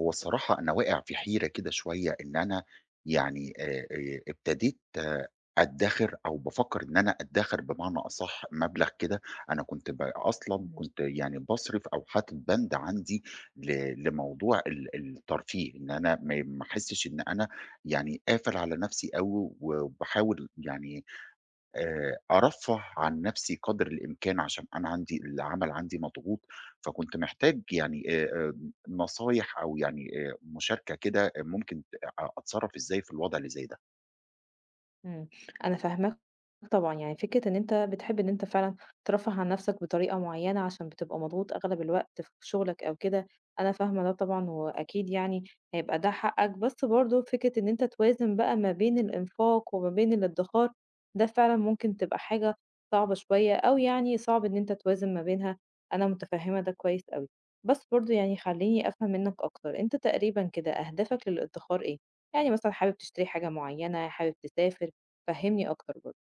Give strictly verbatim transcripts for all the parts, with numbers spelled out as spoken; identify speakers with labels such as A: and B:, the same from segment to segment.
A: هو الصراحة أنا واقع في حيرة كده شوية إن أنا يعني آآ آآ ابتديت آه، أدّخر أو بافكّر إن أنا أدّخر بمعنى أصح مبلغ كده. أنا كنت ب أصلًا
B: إمم.
A: كنت يعني باصرف أو حاطط بند عندي ل لموضوع ال الترفيه، إن أنا ما ي ما أحسّش إن أنا يعني قافل على نَفْسي أوي وباحاول يعني آآ أرفّه عن نَفْسي قدر الإمكان عشان أنا عندي العمل عندي مضغوط. فكنت محتاج يعني آآ آمم نصايح أو يعني آآ مشاركة كده آه، ممكن ت أ أتصرّف إزاي في الوضع اللي زي ده.
B: إمم، أنا فاهماك طبعًا، يعني فكرة إن أنت بتحب إن أنت فعلًا ترفّه عن نفسك بطريقة معيّنة عشان بتبقى مضغوط أغلب الوقت في شغلك أو كده، أنا فاهمة ده طبعًا وأكيد يعني هيبقى ده حقك، بس برضه فكرة إن أنت توازن بقى ما بين الإنفاق وما بين الادّخار، ده فعلًا ممكن تبقى حاجة صعبة شوية أو يعني صعب إن أنت توازن ما بينها، أنا متفهمة ده كويس أوي. بس برضه يعني خلّيني أفهم منّك أكتر، أنت تقريبًا كده أهدافك للادّخار إيه؟ يعني مثلًا حابب تشتري حاجة معيّنة، حابب تسافر، فهّمني أكتر برضه.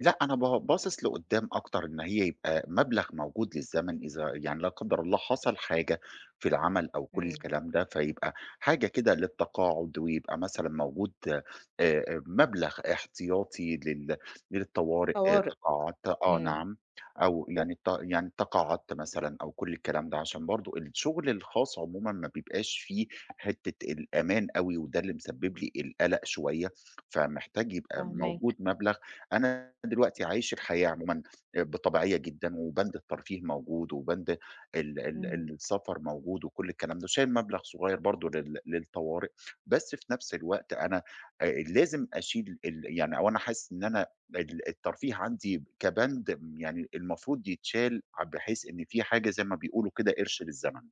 A: لأ، أنا با باصص لقدّام أكتر، إن هي يبقى مبلغ موجود للزمن إذا يعني لا قدّر الله حصل حاجة في العمل أو كل
B: إمم.
A: الكلام ده، فيبقى حاجة كده للتقاعد، ويبقى مثلًا موجود آآ، آآ، مبلغ احتياطي لل للطوارئ، آه،
B: طوارئ.
A: تقاعدت آه
B: إمم.
A: نعم، أو يعني ت يعني تقاعدت مثلًا أو كل الكلام ده، عشان برضه الشغل الخاص عمومًا ما بيبقاش فيه حتّة الأمان أوي، وده اللي مسبب لي القلق شوية، فمحتاج يبقى موجود
B: فاهماك.
A: مبلغ. أنا دلوقتي عايش الحياة عمومًا بطبيعية جدًا، وبند الترفيه موجود، وبند ال
B: إمم.
A: ال السفر موجود، وكل الكلام ده، شايل مبلغ صغير برضه لل للطوارئ، بس في نفس الوقت أنا آآ لازم أشيل ال يعني أو أنا حاسس إن أنا ال الترفيه عندي كبند يعني المفروض يتشال ع بحيث إن في حاجة زي ما بيقولوا كده قرش للزمن،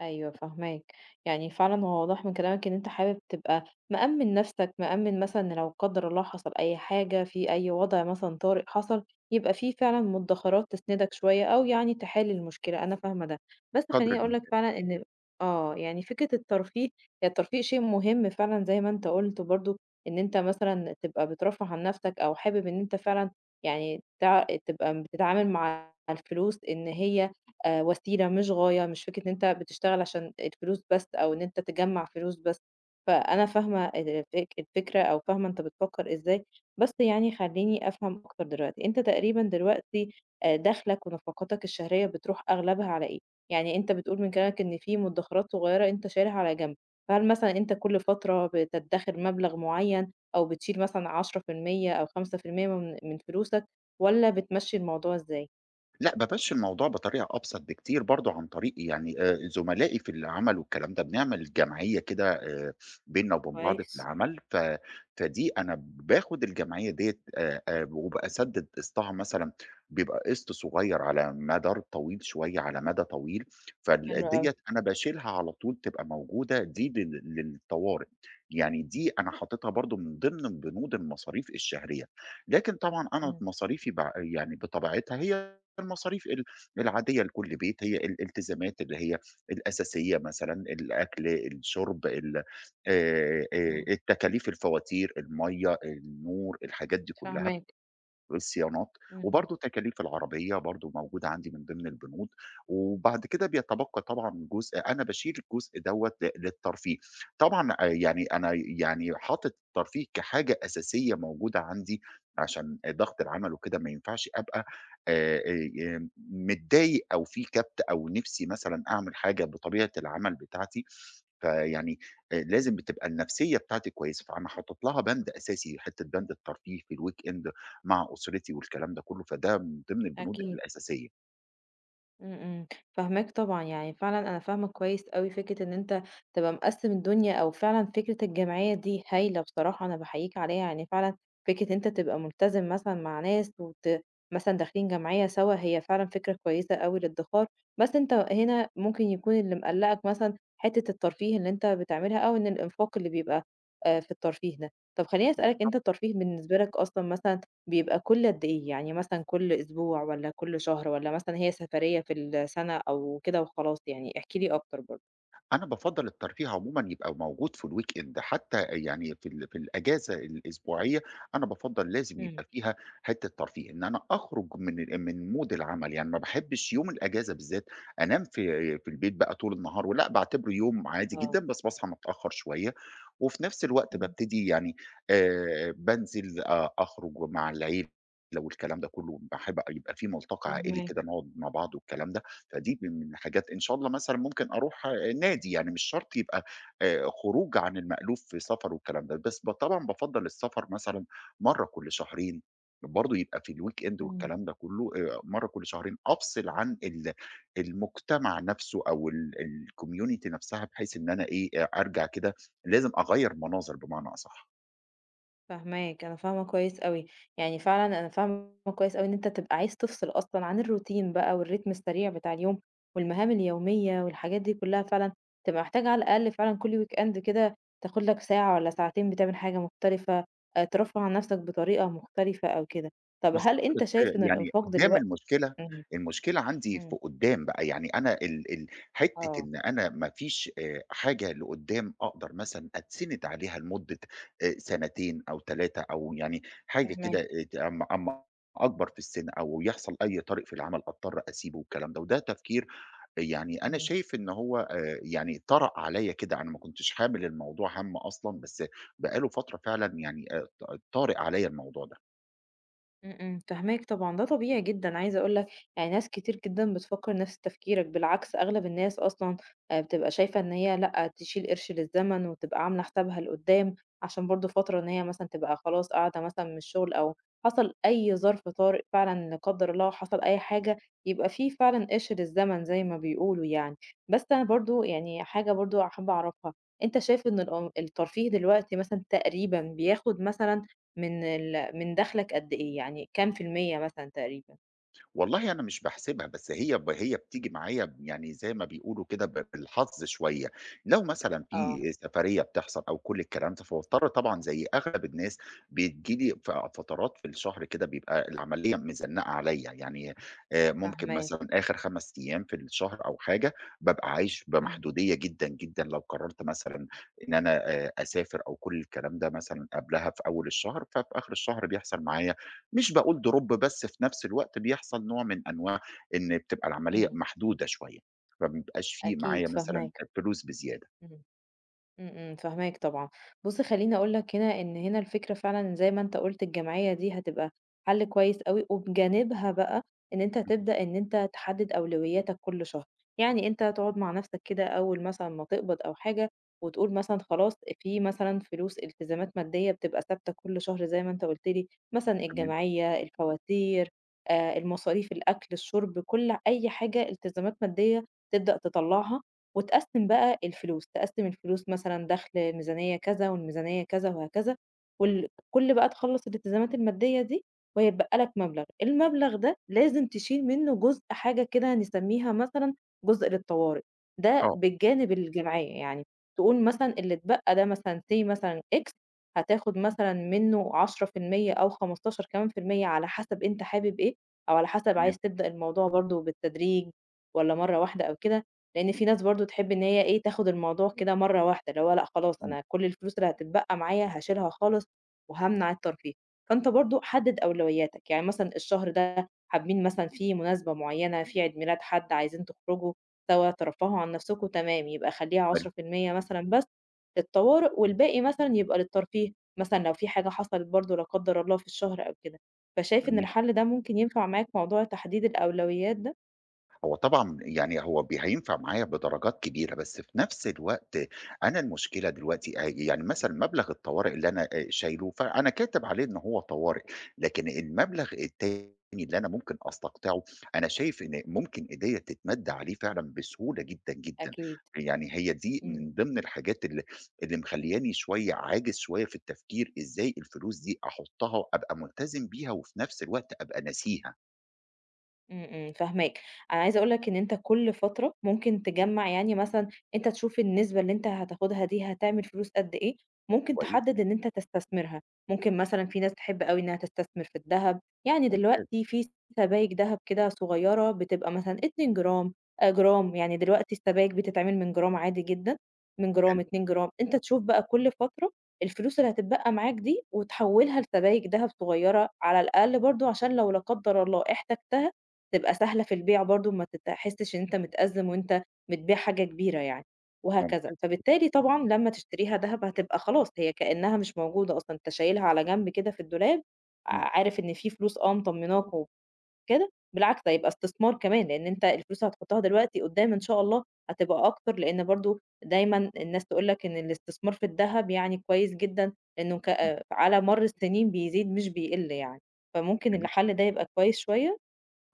B: أيوه فاهماك، يعني فعلًا هو واضح من كلامك إن أنت حابب تبقى مأمِّن نفسك، مأمِّن مثلًا إن لو قدر الله حصل أي حاجة، في أي وضع مثلًا طارئ حصل، يبقى في فعلًا مدخرات تسندك شوية أو يعني تحل المشكلة، أنا فاهمة ده، بس
A: قدر
B: خلّيني أقول لك
A: الإمكان.
B: فعلًا إن آه، يعني فكرة الترفيه هي الترفيه شيء مهم فعلًا زي ما أنت قُلت برضه، إن أنت مثلًا تبقى بترفّه عن نفسك أو حابب إن أنت فعلًا يعني تع تبقى بتتعامل مع الفلوس إن هي آآ وسيلة مش غاية، مش فكرة إن أنت بتشتغل عشان الفلوس بس أو إن أنت تجمّع فلوس بس، فأنا فاهمة ال الفك الفكرة أو فاهمة أنت بتفكّر إزاي، بس يعني خلّيني أفهم أكتر دلوقتي، أنت تقريبًا دلوقتي آآ دخلك ونفقاتك الشهرية بتروح أغلبها على إيه؟ يعني أنت بتقول من كلامك إن في مدخرات صغيرة أنت شايلها على جنب، فهل مثلًا أنت كل فترة بتدخر مبلغ معيّن أو بتشيل مثلًا عشرة في المية أو خمسة في المية من من فلوسك والّا بتمشّي الموضوع إزاي؟
A: لأ، بامشّي الموضوع بطريقة أبسط بكتير برضه عن طريق يعني آآ زملائي في العمل والكلام ده، بنعمل جمعية كده آآ بيننا وبين بعض في
B: كويس.
A: العمل، ف فدي أنا باخُد الجمعية ديّة آآ آآ وباسدد قسطها مثلًا بيبقى قسط صغير على مدار طويل شوية على مدى طويل،
B: حلو
A: فال
B: أوي.
A: ديّة أنا باشيلها على طول تبقى موجودة دي لل للطوارئ، يعني دي أنا حاططها برضه من ضمن بنود المصاريف الشهرية، لكن طبعًا أنا
B: إمم.
A: مصاريفي بع يعني بطبيعتها هي المصاريف ال العادية لكل بيت، هي الالتزامات اللي هي الأساسية مثلًا الأكل، الشرب، ال آآ، آآ،
B: إمم،
A: التكاليف، الفواتير، المَيّة، النور، الحاجات دي كلها.
B: فاهماك،
A: الصيانات،
B: اهم،
A: وبرضه تكاليف العربية برضه موجودة عندي من ضمن البنود، وبعد كده بيتبقى طبعًا جزء أنا باشيل الجزء دوّة ل للترفيه، طبعًا آآ يعني أنا يعني حاطط الترفيه كحاجة أساسية موجودة عندي عشان ضغط العمل وكده ما ينفعش أبقى آآ آآ متضايق أو في كبت أو نِفْسي مثلًا أعمل حاجة بطبيعة العمل بتاعتي، فيعني آآ لازم بتبقى النفسية بتاعتي كويسة، فأنا حاطط لها بند أساسي حتّة بند الترفيه في الweekend مع أسرتي والكلام ده كله، فده من ضمن البنود
B: أكيد،
A: الأساسية.
B: إمم، إمم، فاهماك طبعًا، يعني فعلًا أنا فاهمة كويس أوي فكرة إن أنت تبقى مقسّم الدنيا أو فعلًا فكرة الجمعية دي هايلة بصراحة، أنا باحييك عليها، يعني فعلًا فكرة إن أنت تبقى ملتزم مثلًا مع ناس وت مثلًا داخلين جمعية سوا، هي فعلًا فكرة كويسة أوي للادخار، بس أنت هنا ممكن يكون اللي مقلّقك مثلًا حتة الترفيه اللي أنت بتعملها أو إن الإنفاق اللي بيبقى آآ في الترفيه ده. طب خلّيني أسألك أنت الترفيه بالنسبة لك أصلًا مثلًا بيبقى كل قد إيه؟ يعني مثلًا كل أسبوع والّا كل شهر والّا مثلًا هي سفرية في السنة أو كده وخلاص يعني؟ احكِ لي أكتر برضه.
A: أنا بافضّل الترفيه عمومًا يبقى موجود في الweekend حتى يعني في ال في الأجازة الأسبوعية، أنا بافضّل لازم
B: إمم.
A: يبقى فيها حتّة ترفيه، إن أنا أخرج من ال من مود العمل، يعني ما باحبش يوم الأجازة بالذات أنام في في البيت بقى طول النهار ولأ، باعتبره يوم عادي جدًا،
B: آه.
A: بس باصحى متأخّر شوية، وفي نفس الوقت
B: إمم.
A: بابتدي يعني آآ بانزل أ أخرج مع العيلة والكلام ده كلّه، باحب يبقى في ملتقى عائلي
B: فاهماك.
A: كده نقعد مع بعض والكلام ده. فدي من الحاجات إن شاء الله مثلًا ممكن أروح آه، نادي، يعني مش شرط يبقى آآ خروج عن المألوف في سفر والكلام ده، بس ب طبعًا بافضّل السفر مثلًا مرّة كل شهرين، برضه يبقى في الweekend
B: إمم.
A: والكلام ده كله آآ مرّة كل شهرين أفصل عن ال المجتمع نفسه أو ال الcommunity نفسها، بحيث إن أنا إيه، آه، أرجع كده لازم أغيّر مناظر بمعنى أصح.
B: فاهماك، أنا فاهمة كويس أوي، يعني فعلًا أنا فاهمة كويس أوي إن أنت تبقى عايز تفصل أصلًا عن الروتين بقى والريتم السريع بتاع اليوم، والمهام اليومية والحاجات دي كلها فعلًا تبقى محتاج على الأقل فعلًا كل weekend كده تاخد لك ساعة والّا ساعتين بتعمل حاجة مختلفة، آآ ترفّه عن نفسك بطريقة مختلفة أو كده. طب هل
A: بالضبط،
B: أنت
A: بس
B: شايف إن
A: يعني
B: الإنفاق
A: قُدّام
B: دلوقت.
A: المشكلة،
B: إمم،
A: المشكلة عندي
B: إمم،
A: في قُدّام بقى، يعني أنا ال ال حتّة
B: آه،
A: إن أنا ما فيش آآ حاجة لقُدّام أقدر مثلًا أتسند عليها لمدة آآ سنتين أو ثلاث أو يعني حاجة كده
B: فاهماك،
A: آآ ت أمّا أمّا أكبر في السِن أو يحصل أي طارئ في العمل أضطر أسيبه والكلام ده، وده تفكير يعني أنا
B: إمم.
A: شايف إن هو آآ يعني طرأ عليّا كده، أنا ما كنتش حامل الموضوع هَم أصلًا، بس بقى له فترة فعلًا يعني آآ ط طارئ عليّا الموضوع ده.
B: إمم، إمم، فاهماك طبعًا، ده طبيعي جدًا، عايزة أقول لك يعني ناس كتير جدًا بتفكّر نفس تفكيرك، بالعكس أغلب الناس أصلًا آآ، بتبقى شايفة إن هي لأ، تشيل قرش للزمن وتبقى عاملة حسابها لقدّام، عشان برضه فترة إن هي مثلًا تبقى خلاص قاعدة مثلًا من الشغل أو حصل أي ظرف طارئ فعلًا لا قدّر الله حصل أي حاجة، يبقى في فعلًا قرش للزمن زي ما بيقولوا يعني. بس أنا برضه يعني حاجة برضه حابة أعرفها، أنت شايف إن الأم الترفيه دلوقتي مثلًا تقريبًا بياخد مثلًا من ال من دخلك قد إيه، يعني كام في المِيّة مثلًا تقريبًا؟
A: والله أنا مش باحسبها، بس هي ب هي بتيجي معايا ب يعني زي ما بيقولوا كده ب بالحظ شوية، لو مثلًا
B: آه،
A: في سفرية بتحصل أو كل الكلام ده، فباضطر طبعًا زي أغلب الناس بتيجي لي ف فترات في الشهر كده بيبقى العملية مزنقة عليَّ، يعني آآ ممكن مثلًا
B: فاهماك،
A: آخر خمسة أيام في الشهر أو حاجة، بابقى عايش
B: إمم،
A: بمحدودية جدًا، جدًا، لو قررت مثلًا إن أنا آآ أسافر أو كل الكلام ده مثلًا قبلها في أول الشهر، ففي آخر الشهر بيحصل معايا مش باقول drop بس في نفس الوقت بيحصل نوع من أنواع إن بتبقى العملية
B: إمم،
A: محدودة شوية، ما بيبقاش في معايا
B: أكيد
A: مثلًا
B: فاهماك،
A: فلوس بزيادة.
B: إمم. إمم، إمم، فاهماك طبعًا. بُص خلّيني أقول لك هنا إن هنا الفكرة فعلًا زي ما أنت قُلت الجمعية دي هتبقى حل كويس أوي، وبجانبها بقى إن أنت تبدأ إن أنت تحدد أولوياتك كل شهر، يعني أنت تقعد مع نفسك كده أول مثلًا ما تقبض أو حاجة وتقول مثلًا خلاص في مثلًا فلوس التزامات مادية بتبقى ثابتة كل شهر زي ما أنت قُلت لي، مثلًا
A: تمام،
B: الجمعية، الفواتير، آآ، المصاريف، الأكل، الشرب، كل أي حاجة التزامات مادية تبدأ تطلّعها وتقسّم بقى الفلوس، تقسّم الفلوس مثلًا دَخْل الميزانية كذا، والميزانية كذا، وهكذا، وال كل بقى تخلّص الالتزامات المادية دي، وهيتبقى لك مبلغ، المبلغ ده لازم تشيل منه جزء حاجة كده نسمّيها مثلًا جزء للطوارئ، ده
A: آه،
B: بالجانب الجمعية، يعني تقول مثلًا اللي اتبقى ده مثلًا say مثلًا X هتاخد مثلًا منه عشرة في المية أو خمستاشر كمان في المِيّة على حسب أنت حابب إيه، أو على حسب
A: تمام،
B: عايز تبدأ الموضوع برضه بالتدريج والّا مرّة واحدة أو كده. لأن في ناس برضه تحب إن هي إيه، تاخد الموضوع كده مرّة واحدة، اللي هو لأ خلاص
A: إمم،
B: أنا كل الفلوس اللي هتتبقى معايا هاشيلها خالص وهامنع الترفيه. فأنت برضه حدِّد أولوياتك، يعني مثلًا الشهر ده حابين مثلًا فيه مناسبة معيّنة، في عيد ميلاد حد، عايزين تخرجوا سوا ترفّهوا عن نَفْسكم، تمام، يبقى خلّيها
A: حلو،
B: عشرة في المية مثلًا بس للطوارئ والباقي مثلًا يبقى للترفيه، مثلًا لو في حاجة حصلت برضه لا قدّر الله في الشهر أو كده. فشايف إن
A: جميل.
B: الحل ده ممكن ينفع معاك موضوع تحديد الأولويات ده؟
A: هو طبعًا يعني هو ب هينفع معايا بدرجات كبيرة، بس في نفس الوقت أنا المشكلة دلوقتي آآ يعني مثلًا مبلغ الطوارئ اللي أنا آآ شايله، فأنا كاتب عليه إن هو طوارئ، لكن المبلغ
B: إمم.
A: التاني اللي أنا ممكن أستقطعه، أنا شايف إن ممكن إيديّا تتمد عليه فعلًا بسهولة جدًا، جدًا.
B: أكيد.
A: يعني هي دي
B: إمم.
A: من ضمن الحاجات اللي اللي مخلّياني شوية عاجز شوية في التفكير إزاي الفلوس دي أحطها وأبقى ملتزم بيها وفي نفس الوقت أبقى ناسيها.
B: إمم، إمم، فاهماك. أنا عايزة أقول لك إن أنت كل فترة ممكن تجمّع يعني مثلًا أنت تشوف النسبة اللي أنت هتاخدها دي هتعمل فلوس قد إيه، ممكن
A: كويس،
B: تحدد إن أنت تستثمرها. ممكن مثلًا في ناس تحب أوي إنها تستثمر في الدهب، يعني
A: ممتاز،
B: دلوقتي في سبايك دهب كده صغيرة بتبقى مثلًا اتنين جرام، آآ جرام، يعني دلوقتي السبايك بتتعمل من جرام عادي جدًا، من
A: حلو،
B: جرام، اتنين جرام. أنت تشوف بقى كل فترة الفلوس اللي هتتبقى معاك دي وتحوّلها لسبايك دهب صغيرة على الأقل برضه عشان لو لا قدّر الله احتجتها تبقى سهلة في البيع برضه ما تحسّش إن أنت متأزّم وأنت بتبيع حاجة كبيرة يعني، وهكذا.
A: ممتاز.
B: فبالتالي طبعًا لمّا تشتريها دهب هتبقى خلاص هي كإنّها مش موجودة أصلًا، أنت شايلها على جنب كده في الدولاب،
A: إمم.
B: ع- عارف إن في فلوس آه مطمّناك وكده، بالعكس ده هيبقى استثمار كمان، لإن أنت الفلوس هتحطّها دلوقتي قُدّام إن شاء الله هتبقى أكتر، لإن برضه دايمًا الناس تقول لك إن الاستثمار في الدهب يعني كويس جدًا، لإنه ك
A: إمم،
B: على مَر السنين بيزيد مش بيقِل يعني، فممكن
A: جميل.
B: الحَل ده يبقى كويس شوية؟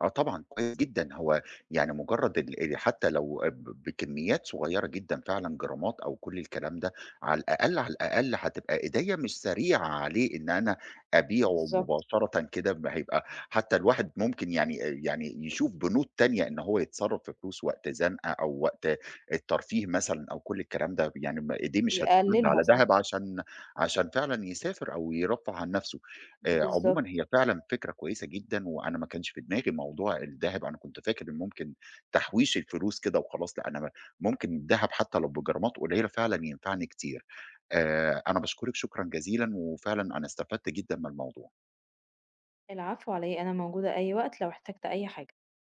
A: آه طبعًا، كويس جدًا. هو يعني مجرّد ال آآ حتى لو ب بكميات صغيّرة جدًا فعلًا جرامات أو كل الكلام ده، على الأقل، على الأقل هتبقى إيديّا مش سريعة عليه إن أنا أبيعه
B: بالضبط.
A: مباشرةً كده، ما هيبقى حتى الواحد ممكن يعني يعني يشوف بنود تانية إن هو يتصرّف في فلوس وقت زنقة أو وقت الترفيه مثلًا أو كل الكلام ده، يعني ما إيديه مش هتتمد
B: يقللها
A: على
B: صح،
A: دهب عشان عشان فعلًا يسافر أو يرفّه عن نَفْسه. آآ عمومًا
B: بالضبط.
A: هي فعلًا فكرة كويسة جدًا، وأنا ما كانش في دماغي موضوع الدهب، أنا كنت فاكر إن ممكن تحويش الفلوس كده وخلاص، لأ أنا ممكن الدهب حتى لو بجرامات قليلة فعلًا ينفعني كتير. آآ أنا باشكرِك شكرًا جزيلًا، وفعلًا أنا استفدت جدًا من الموضوع.
B: العفو على إيه، أنا موجودة أي وقت لو احتجت أي حاجة.